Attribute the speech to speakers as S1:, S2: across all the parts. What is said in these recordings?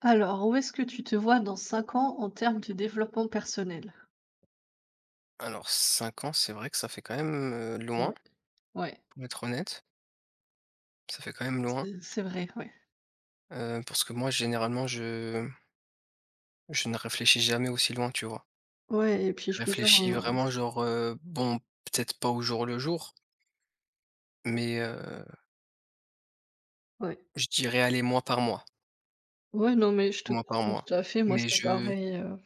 S1: Alors, où est-ce que tu te vois dans 5 ans en termes de développement personnel?
S2: Alors 5 ans, c'est vrai que ça fait quand même, loin,
S1: Ouais. Ouais,
S2: pour être honnête. Ça fait quand même loin,
S1: c'est vrai, ouais.
S2: parce que moi généralement je ne réfléchis jamais aussi loin, tu vois?
S1: Ouais et puis
S2: Je
S1: je veux dire,
S2: réfléchis vraiment genre, bon peut-être pas au jour le jour, mais,
S1: ouais.
S2: je dirais aller mois par mois,
S1: Ouais, non, mais je te
S2: mois par
S1: comprends
S2: mois.
S1: tout à fait, moi
S2: Mais
S1: c'est
S2: je
S1: pareil,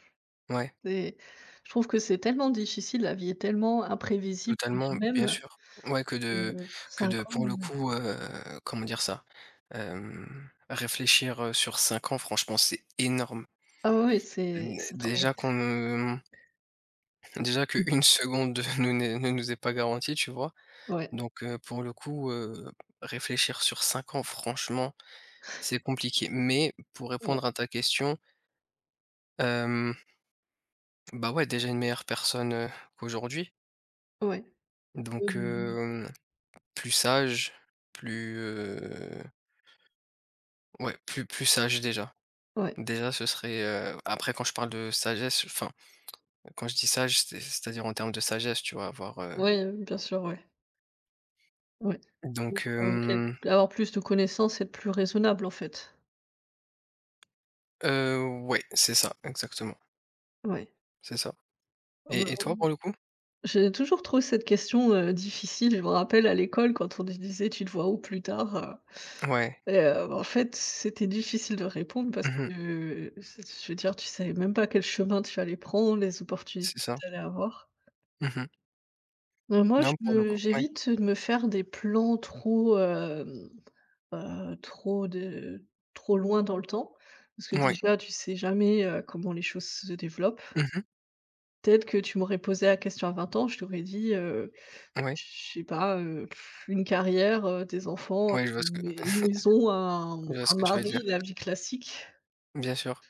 S2: Ouais,
S1: c'est je trouve que c'est tellement difficile, la vie est tellement imprévisible en
S2: totalement, bien
S1: elle-même
S2: sûr. Ouais
S1: que
S2: que
S1: 5
S2: de pour
S1: ans,
S2: le coup, comment dire ça? Réfléchir, sur 5 ans franchement c'est énorme.
S1: ah ouais, ouais, c'est
S2: N
S1: c'est trop,
S2: déjà qu'on Déjà qu'une seconde ne nous est pas garantie, tu vois?
S1: ouais.
S2: Donc pour le coup, réfléchir sur 5 ans, franchement, c'est compliqué. Mais pour
S1: Ouais,
S2: répondre à ta question, hem, bah, ouais, déjà une meilleure personne, qu'aujourd'hui.
S1: ouais, ouais.
S2: Donc
S1: Mmh,
S2: plus sage, plus, ouais, plus sage déjà.
S1: ouais,
S2: Déjà ce serait, après quand je parle de sagesse, enfin, quand je dis sage, c'est-à-dire en termes de sagesse, tu vois? Avoir,
S1: ouais, bien sûr, ouais, ouais. Donc
S2: donc,
S1: quel avoir plus de connaissances, et être plus raisonnable, en fait.
S2: ouais, c'est ça, exactement,
S1: Ouais.
S2: c'est ça.
S1: Ouais,
S2: Et
S1: ouais.
S2: toi pour le coup?
S1: J'ai toujours trouvé cette question, difficile. Je me rappelle à l'école quand on nous disait: «Tu te vois où plus tard?»
S2: Ouais.
S1: Et en fait, c'était difficile de répondre parce
S2: Mmh.
S1: que, c je veux dire, tu savais même pas quel chemin tu allais prendre, les opportunités
S2: C'est
S1: que
S2: ça.
S1: tu allais avoir.
S2: Mmh.
S1: Mais moi, je
S2: Non, pour le
S1: me
S2: coup, ouais.
S1: j'évite de me faire des plans trop, hem, trop de trop loin dans le temps parce que
S2: Ouais.
S1: déjà, tu sais jamais, comment les choses se développent.
S2: Mmh.
S1: Peut-être que tu m'aurais posé la question à 20 ans, je t'aurais dit, je
S2: Ouais.
S1: sais pas, une carrière, des enfants,
S2: Ouais, je vois ce que
S1: une maison, un
S2: je vois
S1: un
S2: ce que tu veux dire.
S1: mari, la vie classique
S2: Bien sûr.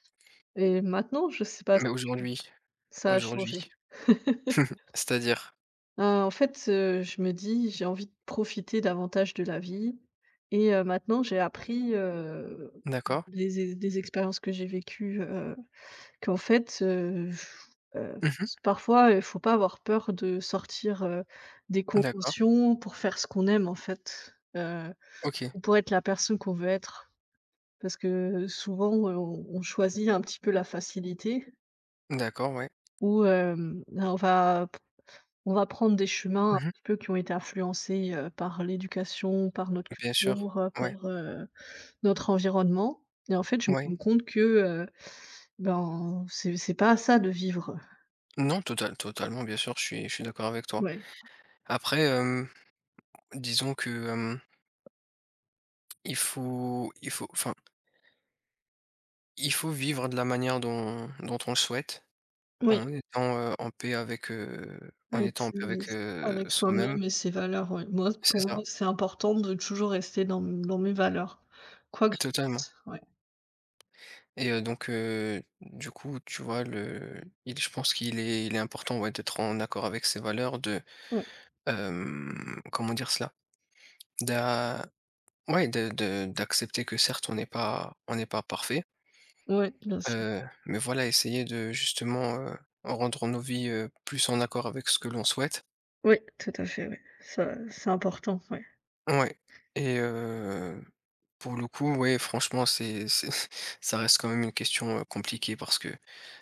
S1: et maintenant, je sais pas,
S2: Mais aujourd'hui
S1: ça a changé.
S2: aujourd'hui. C'est-à-dire?
S1: En fait, je me dis: «J'ai envie de profiter davantage de la vie» et maintenant j'ai appris,
S2: D'accord.
S1: des expériences que j'ai vécues, qu'en fait,
S2: Mmh.
S1: s parfois, il faut pas avoir peur de sortir, des
S2: D'accord.
S1: conventions pour faire ce qu'on aime, en fait,
S2: OK.
S1: ou pour être la personne qu'on veut être. Parce que souvent, on choisit un petit peu la facilité
S2: D'accord, ouais.
S1: ou ben, on va prendre des chemins un
S2: Mmh.
S1: petit peu qui ont été influencés, par l'éducation, par notre
S2: Bien sûr.
S1: culture,
S2: Ouais.
S1: par, notre environnement et en fait, je me
S2: Ouais.
S1: rends compte que, ben, c'est pas ça de vivre.
S2: Non, totalement, bien sûr, je suis d'accord avec toi.
S1: Ouais.
S2: Après, disons que, il faut enfin, il faut vivre de la manière dont on le souhaite.
S1: Oui,
S2: En étant, heu, en paix avec, heu, En
S1: avec
S2: étant en paix
S1: ses
S2: avec,
S1: avec
S2: soi-même.
S1: soi-même et ses valeurs, ouais. Moi,
S2: C'est
S1: pour moi,
S2: ça,
S1: c'est important de toujours rester dans mes valeurs, quoi que je
S2: totalement
S1: fasse. Ouais,
S2: et donc du coup, tu vois, le il je pense qu'il est il est important, ouais, d'être en accord avec ses valeurs, de,
S1: ouais,
S2: comment dire cela? D'a Ouais, de d'accepter que certes, on n'est pas parfait,
S1: ouais, bien sûr.
S2: mais voilà, essayer de justement, rendre nos vies, plus en accord avec ce que l'on souhaite.
S1: Oui, tout à fait, oui. Ça, c'est important, ouais.
S2: Ouais et pour le coup, ouais, franchement, c'est ça reste quand même une question, compliquée parce que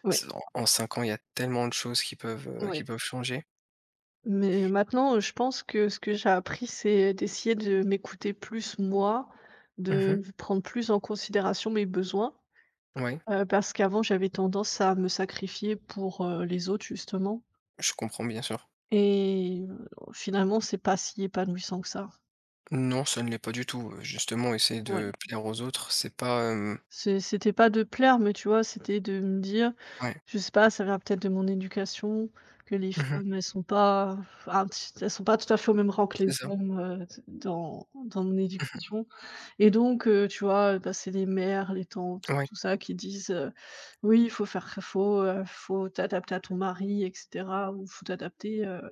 S1: Ouais,
S2: c'est en 5 ans, il y a tellement de choses qui peuvent, heu, qui
S1: ouais.
S2: peuvent changer.
S1: Mais maintenant, je pense que ce que j'ai appris, c'est d'essayer de m'écouter plus moi,
S2: Mmh.
S1: de prendre plus en considération mes besoins,
S2: Ouais,
S1: parce qu'avant j'avais tendance à me sacrifier pour, les autres justement
S2: je comprends bien sûr.
S1: et finalement c'est pas si épanouissant que ça.
S2: Non, ça ne l'est pas du tout, justement, essayer
S1: Ouais.
S2: de plaire aux autres, c'est pas, hem
S1: C'était pas de plaire, mais tu vois, c'était de me dire.
S2: ouais.
S1: Je sais pas, ça vient peut-être de mon éducation, que les
S2: Mmh.
S1: femmes, elles sont pas tout à fait au même rang que les
S2: C'est ça.
S1: hommes, dans mon
S2: Mmh.
S1: éducation et donc tu vois, bah, c'est les mères, les tantes,
S2: Ouais.
S1: tout ça qui disent: «Oui, il faut t'adapter à ton mari et cetera ou faut t'adapter,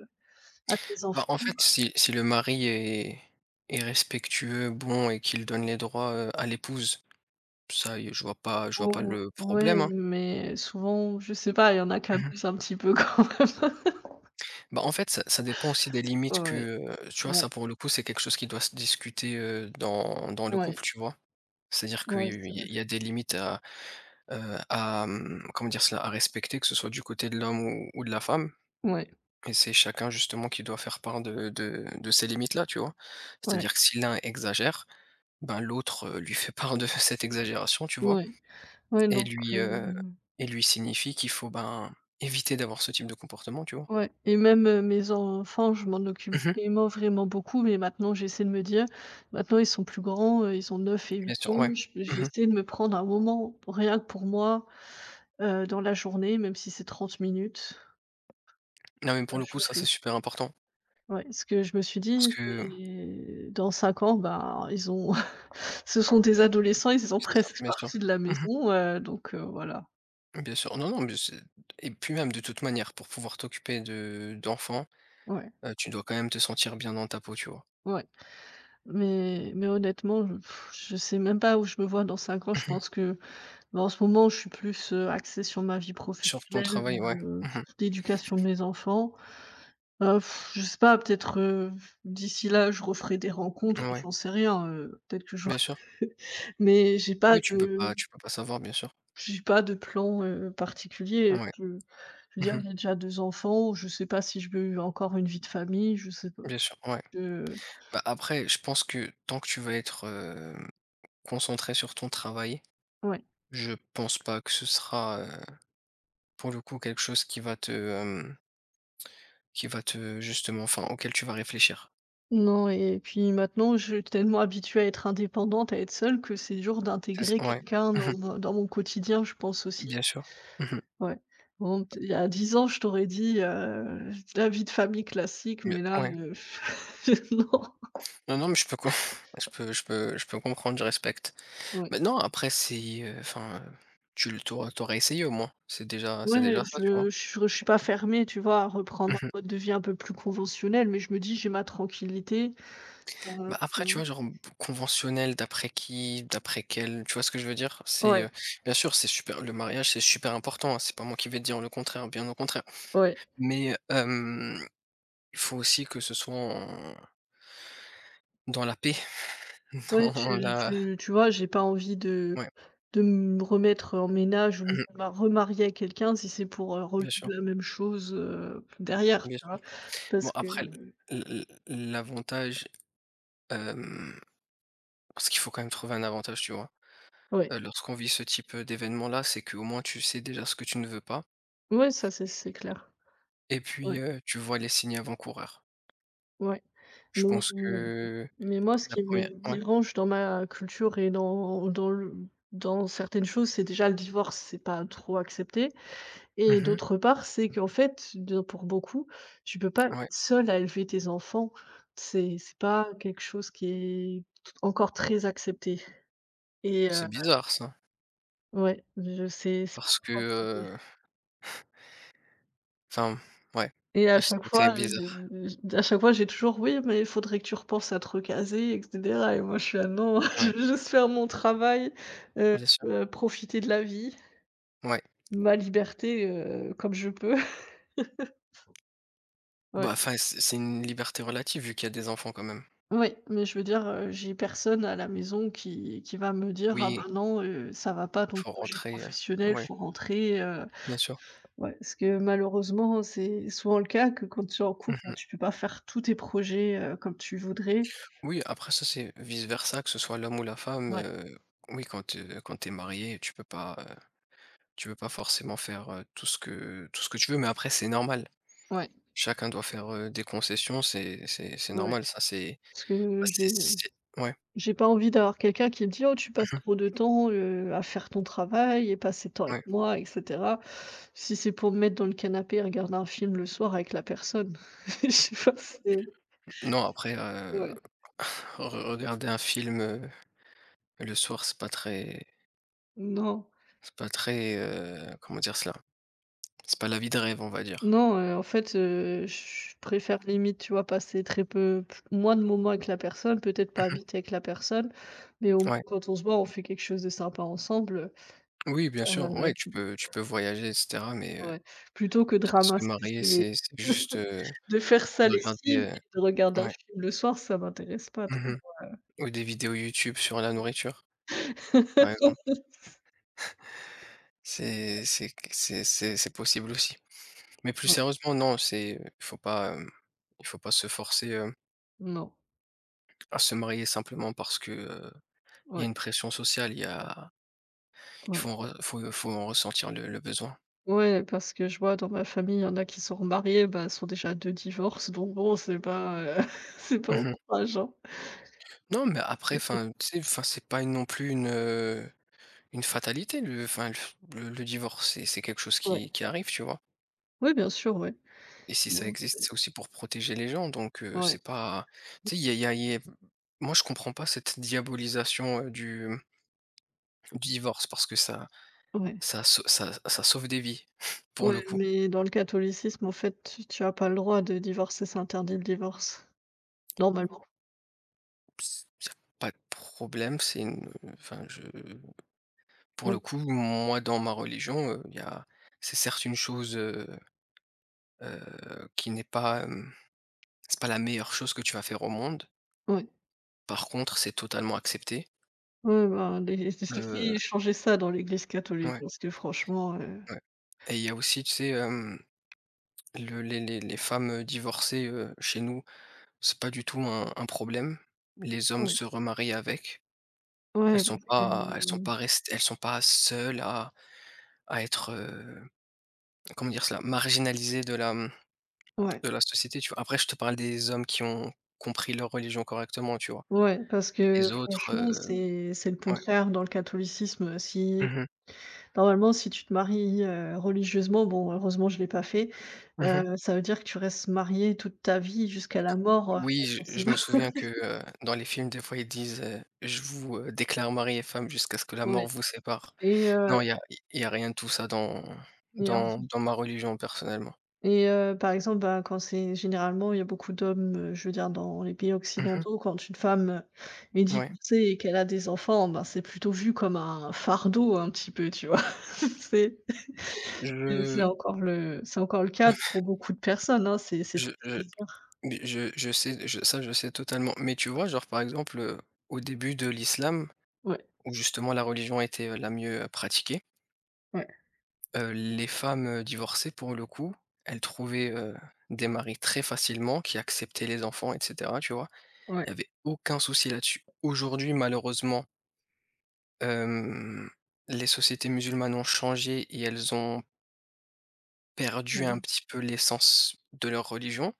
S1: à tes enfants».
S2: Bah, en fait, si le mari est respectueux, bon et qu'il donne les droits, à l'épouse, ça, y je vois pas
S1: Ou
S2: le
S1: Ouais,
S2: problème, hein.
S1: mais souvent, je sais pas, il y en a qui
S2: Mmh.
S1: abusent un petit peu quand même.
S2: Bah, en fait, ça dépend aussi des limites que,
S1: Ouais,
S2: tu vois,
S1: ouais,
S2: ça pour le coup, c'est quelque chose qui doit se discuter, dans le
S1: ouais,
S2: couple, tu vois? C'est-à-dire
S1: ouais,
S2: qu'il
S1: c'est vrai.
S2: il y a des limites à, comment dire cela? À respecter, que ce soit du côté de l'homme ou de la femme
S1: Ouais,
S2: et c'est chacun justement qui doit faire part de ces limites-là, tu vois?
S1: ouais,
S2: C'est-à-dire que si l'un exagère, ben, l'autre, lui fait part de cette exagération, tu vois?
S1: ouais. Ouais,
S2: Et
S1: donc
S2: lui, heu et lui signifie qu'il faut, ben, éviter d'avoir ce type de comportement, tu vois?
S1: ouais et même, mes enfants, je m'en occupe
S2: Mmh.
S1: vraiment, vraiment beaucoup, mais maintenant j'essaie de me dire: «Maintenant, ils sont plus grands, ils ont 9 et 8
S2: Bien sûr, ouais.
S1: ans, je
S2: Mmh.
S1: j'essaie de me prendre un moment, rien que pour moi, dans la journée, même si c'est 30 minutes,
S2: Non, mais pour le
S1: je
S2: coup,
S1: le
S2: ça, c'est
S1: fais».
S2: super important
S1: Ouais, ce que je me suis dit,
S2: parce que
S1: c'est dans 5 ans, bah ils ont ce sont des adolescents, ils sont
S2: c'est ça,
S1: presque
S2: bien sûr.
S1: partis de la
S2: Mmh.
S1: maison, donc voilà.
S2: Bien sûr. Non, non, mais c'est et puis même de toute manière, pour pouvoir t'occuper de d'enfants,
S1: Ouais,
S2: tu dois quand même te sentir bien dans ta peau, tu vois?
S1: ouais. Mais honnêtement, je sais même pas où je me vois dans 5 ans. Je
S2: Mmh.
S1: pense que, bah, en ce moment, je suis plus, axée sur ma vie
S2: Sur ton
S1: professionnelle,
S2: travail, ouais.
S1: heu,
S2: Mmh.
S1: l'éducation de mes enfants. Heu, je sais pas, peut-être, d'ici là, je referai des rencontres,
S2: Ouais,
S1: j'en sais rien, peut-être que je.
S2: bien sûr.
S1: Mais
S2: Oui, tu peux pas tu peux pas savoir, bien sûr.
S1: j'ai pas de plan, particulier.
S2: Ouais.
S1: Je veux dire,
S2: Mmh.
S1: j'ai déjà 2 enfants, je sais pas si je veux encore une vie de famille, je sais pas,
S2: Bien sûr, ouais.
S1: je
S2: Bah, après, je pense que tant que tu vas être, concentré sur ton travail,
S1: ouais.
S2: je pense pas que ce sera, pour le coup, quelque chose qui va te, justement enfin, auquel tu vas réfléchir.
S1: Non et puis maintenant, je suis tellement habituée à être indépendante, à être seule que c'est dur
S2: C'est ç
S1: d'intégrer
S2: Ouais.
S1: quelqu'un
S2: Mmh.
S1: dans mon quotidien, je pense aussi,
S2: Bien sûr. Mmh.
S1: ouais. Bon, il y a 10 ans, je t'aurais dit, la vie de famille classique,
S2: Bien
S1: mais là,
S2: Ouais.
S1: non.
S2: Non, non, mais je peux com je peux comprendre, je respecte.
S1: Ouais.
S2: Maintenant après c'est, enfin, tu aurais essayé au moins. C'est déjà
S1: Ouais,
S2: c'est déjà ça, tu vois?
S1: je suis pas fermée, tu vois, à reprendre
S2: Mmh.
S1: un mode de vie un peu plus conventionnel, mais je me dis: «J'ai ma tranquillité». Heu,
S2: Bah, après tu vois genre b conventionnel d'après qui, d'après quel, tu vois ce que je veux dire? C'est,
S1: ouais,
S2: bien sûr c'est super le mariage c'est super important, hein, c'est pas moi qui vais te dire le contraire, bien au contraire.
S1: ouais.
S2: Mais, il faut aussi que ce soit en dans la paix,
S1: Ouais,
S2: dans la
S1: tu vois, j'ai pas envie de
S2: ouais.
S1: me remettre en ménage ou me remarier à quelqu'un si c'est pour, revivre
S2: Bien sûr,
S1: la même chose, derrière,
S2: bien
S1: tu vois?
S2: sûr. Bon
S1: Parce que
S2: après l l'avantage, hem, parce qu'il faut quand même trouver un avantage, tu vois?
S1: ouais,
S2: Lorsqu'on vit ce type, d'événement-là, c'est qu'au moins tu sais déjà ce que tu ne veux pas
S1: ouais, ça, c'est clair.
S2: et puis,
S1: Ouais,
S2: tu vois les signes avant-coureurs.
S1: ouais.
S2: Je
S1: Mais
S2: pense que
S1: mais moi, ce
S2: la
S1: qui me
S2: première, ouais.
S1: dérange dans ma culture et dans certaines choses, c'est déjà le divorce, c'est pas trop accepté. Et
S2: Mmh.
S1: d'autre part, c'est qu'en fait, de pour beaucoup, tu peux pas être
S2: Ouais.
S1: seule à élever tes enfants. C'est pas quelque chose qui est t encore très accepté et
S2: C'est bizarre ça,
S1: ouais, je sais. C'est pas
S2: parce que,
S1: trop accepté
S2: enfin, ouais,
S1: et à chaque
S2: c'était
S1: fois,
S2: bizarre.
S1: je à chaque fois, j'ai toujours: «Oui, mais il faudrait que tu repenses à te recaser et cetera» et moi, je suis là: «Non, je
S2: Ouais,
S1: veux juste faire mon travail, heu
S2: bien sûr.
S1: profiter de la vie,
S2: Ouais.
S1: ma liberté, comme je peux». Ouais.
S2: Bah, enfin, c'est une liberté relative vu qu'il y a des enfants quand même.
S1: Oui, mais je veux dire, j'ai personne à la maison qui va me dire: «Ah, ben
S2: Oui,
S1: non, ça va pas ton
S2: faut
S1: projet
S2: rentrer,
S1: professionnel,
S2: ouais,
S1: faut rentrer»,
S2: bien sûr.
S1: ouais, parce que malheureusement, c'est souvent le cas que quand tu es en couple, bah,
S2: Mmh.
S1: tu peux pas faire tous tes projets, comme tu voudrais.
S2: Oui, après ça, c'est vice-versa, que ce soit l'homme ou la femme,
S1: Ouais,
S2: oui, quand t'es marié, tu peux pas forcément faire, tout ce que tu veux, mais après c'est normal.
S1: ouais,
S2: Chacun doit faire, des concessions, c'est
S1: ouais,
S2: normal, ça c'est
S1: parce que
S2: bah, c'est ouais.
S1: j'ai pas envie d'avoir quelqu'un qui me dit: «Oh, tu passes
S2: Mmh.
S1: trop de temps, à faire ton travail et pas assez de temps avec
S2: Ouais.
S1: moi» et cetera. Si c'est pour me mettre dans le canapé et regarder un film le soir avec la personne, je sais pas, c'est
S2: Non, après,
S1: ouais.
S2: re regarder un film, le soir,
S1: Non,
S2: c'est pas très, comment dire cela? C'est pas la vie de rêve, on va dire.
S1: non, en fait, je préfère limite, tu vois, passer très peu p moins de moments avec la personne, peut-être pas
S2: Mmh.
S1: habiter avec la personne, mais au moins
S2: Ouais.
S1: quand on se voit, on fait quelque chose de sympa ensemble,
S2: Oui, bien sûr,
S1: heu,
S2: ouais, tu peux voyager et cetera, mais
S1: ouais. Plutôt que de
S2: Puis se
S1: ramasser
S2: marier,
S1: ses
S2: c'est juste,
S1: de faire sa
S2: regarder,
S1: lessive et de regarder un
S2: ouais.
S1: film le soir, ça m'intéresse pas trop.
S2: Mmh. Ou des vidéos YouTube sur la nourriture, par exemple. C'est possible aussi. Mais plus
S1: Non,
S2: sérieusement, non, c'est il faut pas, il faut pas se forcer,
S1: non,
S2: à se marier simplement parce que, il y a
S1: ouais,
S2: une pression sociale, il y a il faut
S1: ouais.
S2: en re faut faut en ressentir le besoin.
S1: Ouais, parce que je vois dans ma famille, il y en a qui sont remariés, bah, sont déjà à 2 divorces, donc bon, c'est pas, c'est pas
S2: Mmh.
S1: encourageant.
S2: Non, mais après, enfin, tu sais, enfin, c'est pas non plus une fatalité, le enfin, le divorce, c'est quelque chose
S1: Ouais.
S2: qui arrive, tu vois?
S1: Oui, bien sûr, ouais.
S2: Et si ça
S1: Bon,
S2: existe,
S1: c'est
S2: c'est aussi pour protéger les gens, donc
S1: ouais,
S2: c'est pas tu sais, il y a il y a il y a moi je comprends pas cette diabolisation, du divorce parce que ça
S1: ouais,
S2: ça sau ça ça sauve des vies, pour le
S1: ouais,
S2: coup.
S1: mais dans le catholicisme, en fait, tu as pas le droit de divorcer, c'est interdit le divorce, normalement.
S2: Y a pas de problème, c'est une enfin je pour
S1: Mmh,
S2: le coup, moi dans ma religion, il y a c'est certes une chose, qui n'est pas, c'est pas la meilleure chose que tu vas faire au monde.
S1: ouais.
S2: Par contre, c'est totalement accepté.
S1: Ouais, bah, les
S2: Heu,
S1: ils changer ça dans l'Église catholique
S2: ouais,
S1: parce que franchement,
S2: ouais. Et il y a aussi, tu sais, hem Le les femmes, divorcées, chez nous, c'est pas du tout un problème. Les hommes
S1: ouais,
S2: se remarient avec. Elles
S1: ouais,
S2: sont
S1: parce que
S2: pas elles sont pas seules à être, comment dire cela? Marginalisées
S1: ouais,
S2: de la société, tu vois? Après je te parle des hommes qui ont compris leur religion correctement, tu vois?
S1: ouais, parce
S2: Les
S1: que
S2: autres,
S1: franchement, c'est le
S2: ouais.
S1: contraire dans le catholicisme, si
S2: Mmh mh.
S1: normalement, si tu te maries, religieusement, bon, heureusement, je l'ai pas fait,
S2: Mmh mh.
S1: ça veut dire que tu restes marié toute ta vie jusqu'à la mort,
S2: Oui, je
S1: c'est
S2: je me souviens que, dans les films, des fois, ils disent, «Je vous, déclare mari et femme jusqu'à ce que la
S1: Ouais
S2: mort vous sépare».
S1: et
S2: Non, il
S1: heu
S2: y a il y a rien de tout ça dans
S1: et en
S2: dans dans ma religion personnellement.
S1: et par exemple, bah, quand c'est généralement, il y a beaucoup d'hommes, je veux dire dans les pays
S2: Mmh,
S1: occidentaux, quand une femme, est
S2: ouais.
S1: divorcée et qu'elle a des enfants, ben, c'est plutôt vu comme un fardeau un petit peu, tu vois? C'est
S2: Je
S1: c'est encore le cas pour beaucoup de personnes, hein, c'est triste à
S2: je
S1: dire.
S2: Mais je sais totalement. Mais tu vois, genre, par exemple, au début de l'islam,
S1: Ouais,
S2: où justement la religion était, la mieux, pratiquée,
S1: ouais,
S2: les femmes, divorcées pour le coup, elles trouvaient, des maris très facilement qui acceptaient les enfants et cetera, tu vois? Il y
S1: ouais,
S2: avait aucun souci là-dessus. Aujourd'hui, malheureusement, hem, les sociétés musulmanes ont changé et elles ont perdu un
S1: mmh
S2: petit peu l'essence de leur religion,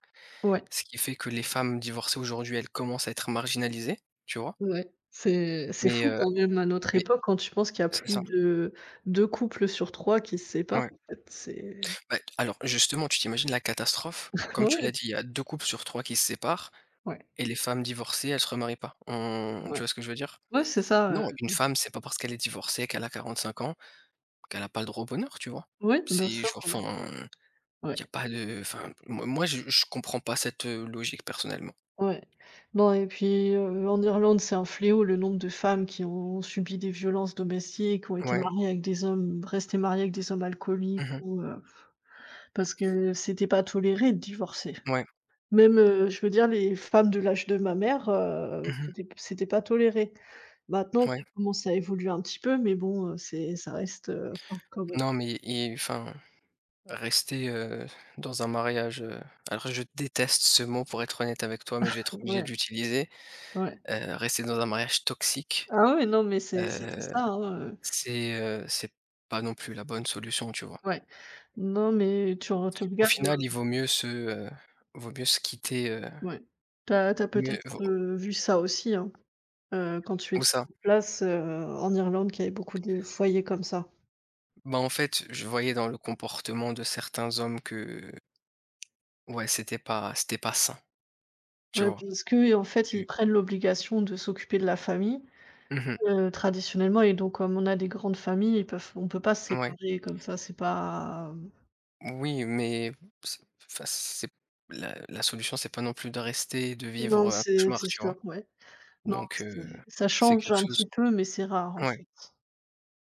S1: Ouais,
S2: ce qui fait que les femmes divorcées aujourd'hui, elles commencent à être marginalisées, tu vois?
S1: ouais. C'est
S2: Mais,
S1: fou
S2: heu,
S1: quand même à notre
S2: mais
S1: époque, quand tu penses qu'il y a
S2: c'est
S1: plus
S2: ça,
S1: de 2 couples sur 3 qui se séparent
S2: ouais.
S1: en fait, c'est
S2: Bah, alors justement, tu t'imagines la catastrophe? Comme tu
S1: ouais.
S2: l'as dit, il y a 2 couples sur 3 qui se séparent
S1: Ouais,
S2: et les femmes divorcées, elles se remarient pas. On Tu
S1: ouais.
S2: vois ce que je veux dire?
S1: Ouais, c'est ça,
S2: Non, une femme, c'est pas parce qu'elle est divorcée, qu'elle a 45 ans, qu'elle a pas le droit au bonheur, tu vois?
S1: oui, bien
S2: C'est
S1: sûr,
S2: je
S1: ouais,
S2: Enfin, il
S1: ouais,
S2: y a pas de enfin, moi je comprends pas cette, logique personnellement.
S1: ouais. Non et puis, en Irlande, c'est un fléau le nombre de femmes qui ont subi des violences domestiques, ont été
S2: Ouais.
S1: mariées avec des hommes restées mariées avec des hommes alcooliques
S2: Mmh mh.
S1: ou, parce que c'était pas toléré de divorcer.
S2: Ouais.
S1: Même, je veux dire les femmes de l'âge de ma mère,
S2: Mmh mh.
S1: c'était pas toléré. Maintenant,
S2: Ouais.
S1: ça commence à évoluer un petit peu, mais bon, c'est ça reste, encore, ouais.
S2: Non, mais et enfin, rester, dans un mariage, alors je déteste ce mot pour être honnête avec toi, mais je vais être obligé
S1: Ouais,
S2: de l'utiliser.
S1: ouais.
S2: Rester dans un mariage toxique,
S1: Ah ouais, non mais c'était
S2: heu,
S1: ça, hein,
S2: c'est pas non plus la bonne solution, tu vois?
S1: ouais. Non, mais tu
S2: Au
S1: regardes,
S2: final, il vaut mieux se quitter,
S1: ouais. Tu as
S2: mieux
S1: peut-être,
S2: vaut
S1: vu ça aussi, hein, quand tu
S2: où
S1: étais
S2: ça?
S1: en place, en Irlande, qu'il y avait beaucoup de foyers comme ça.
S2: Bah, en fait, je voyais dans le comportement de certains hommes que, ouais, c'était pas sain, tu
S1: Ouais,
S2: vois?
S1: parce que en fait, ils prennent l'obligation de s'occuper de la famille,
S2: Mmh,
S1: traditionnellement et donc comme on a des grandes familles, ils peuvent on peut pas se
S2: ouais.
S1: séparer comme ça, c'est pas
S2: Oui, mais c'est enfin, c'est la solution, c'est pas non plus de rester et de
S1: non,
S2: vivre, un
S1: c'est
S2: cauchemar,
S1: c'est
S2: tu
S1: sûr,
S2: vois?
S1: ouais. Non,
S2: Donc
S1: c'est ça
S2: c'est
S1: change
S2: quelque
S1: un
S2: chose,
S1: petit peu, mais c'est rare, en
S2: ouais.
S1: fait.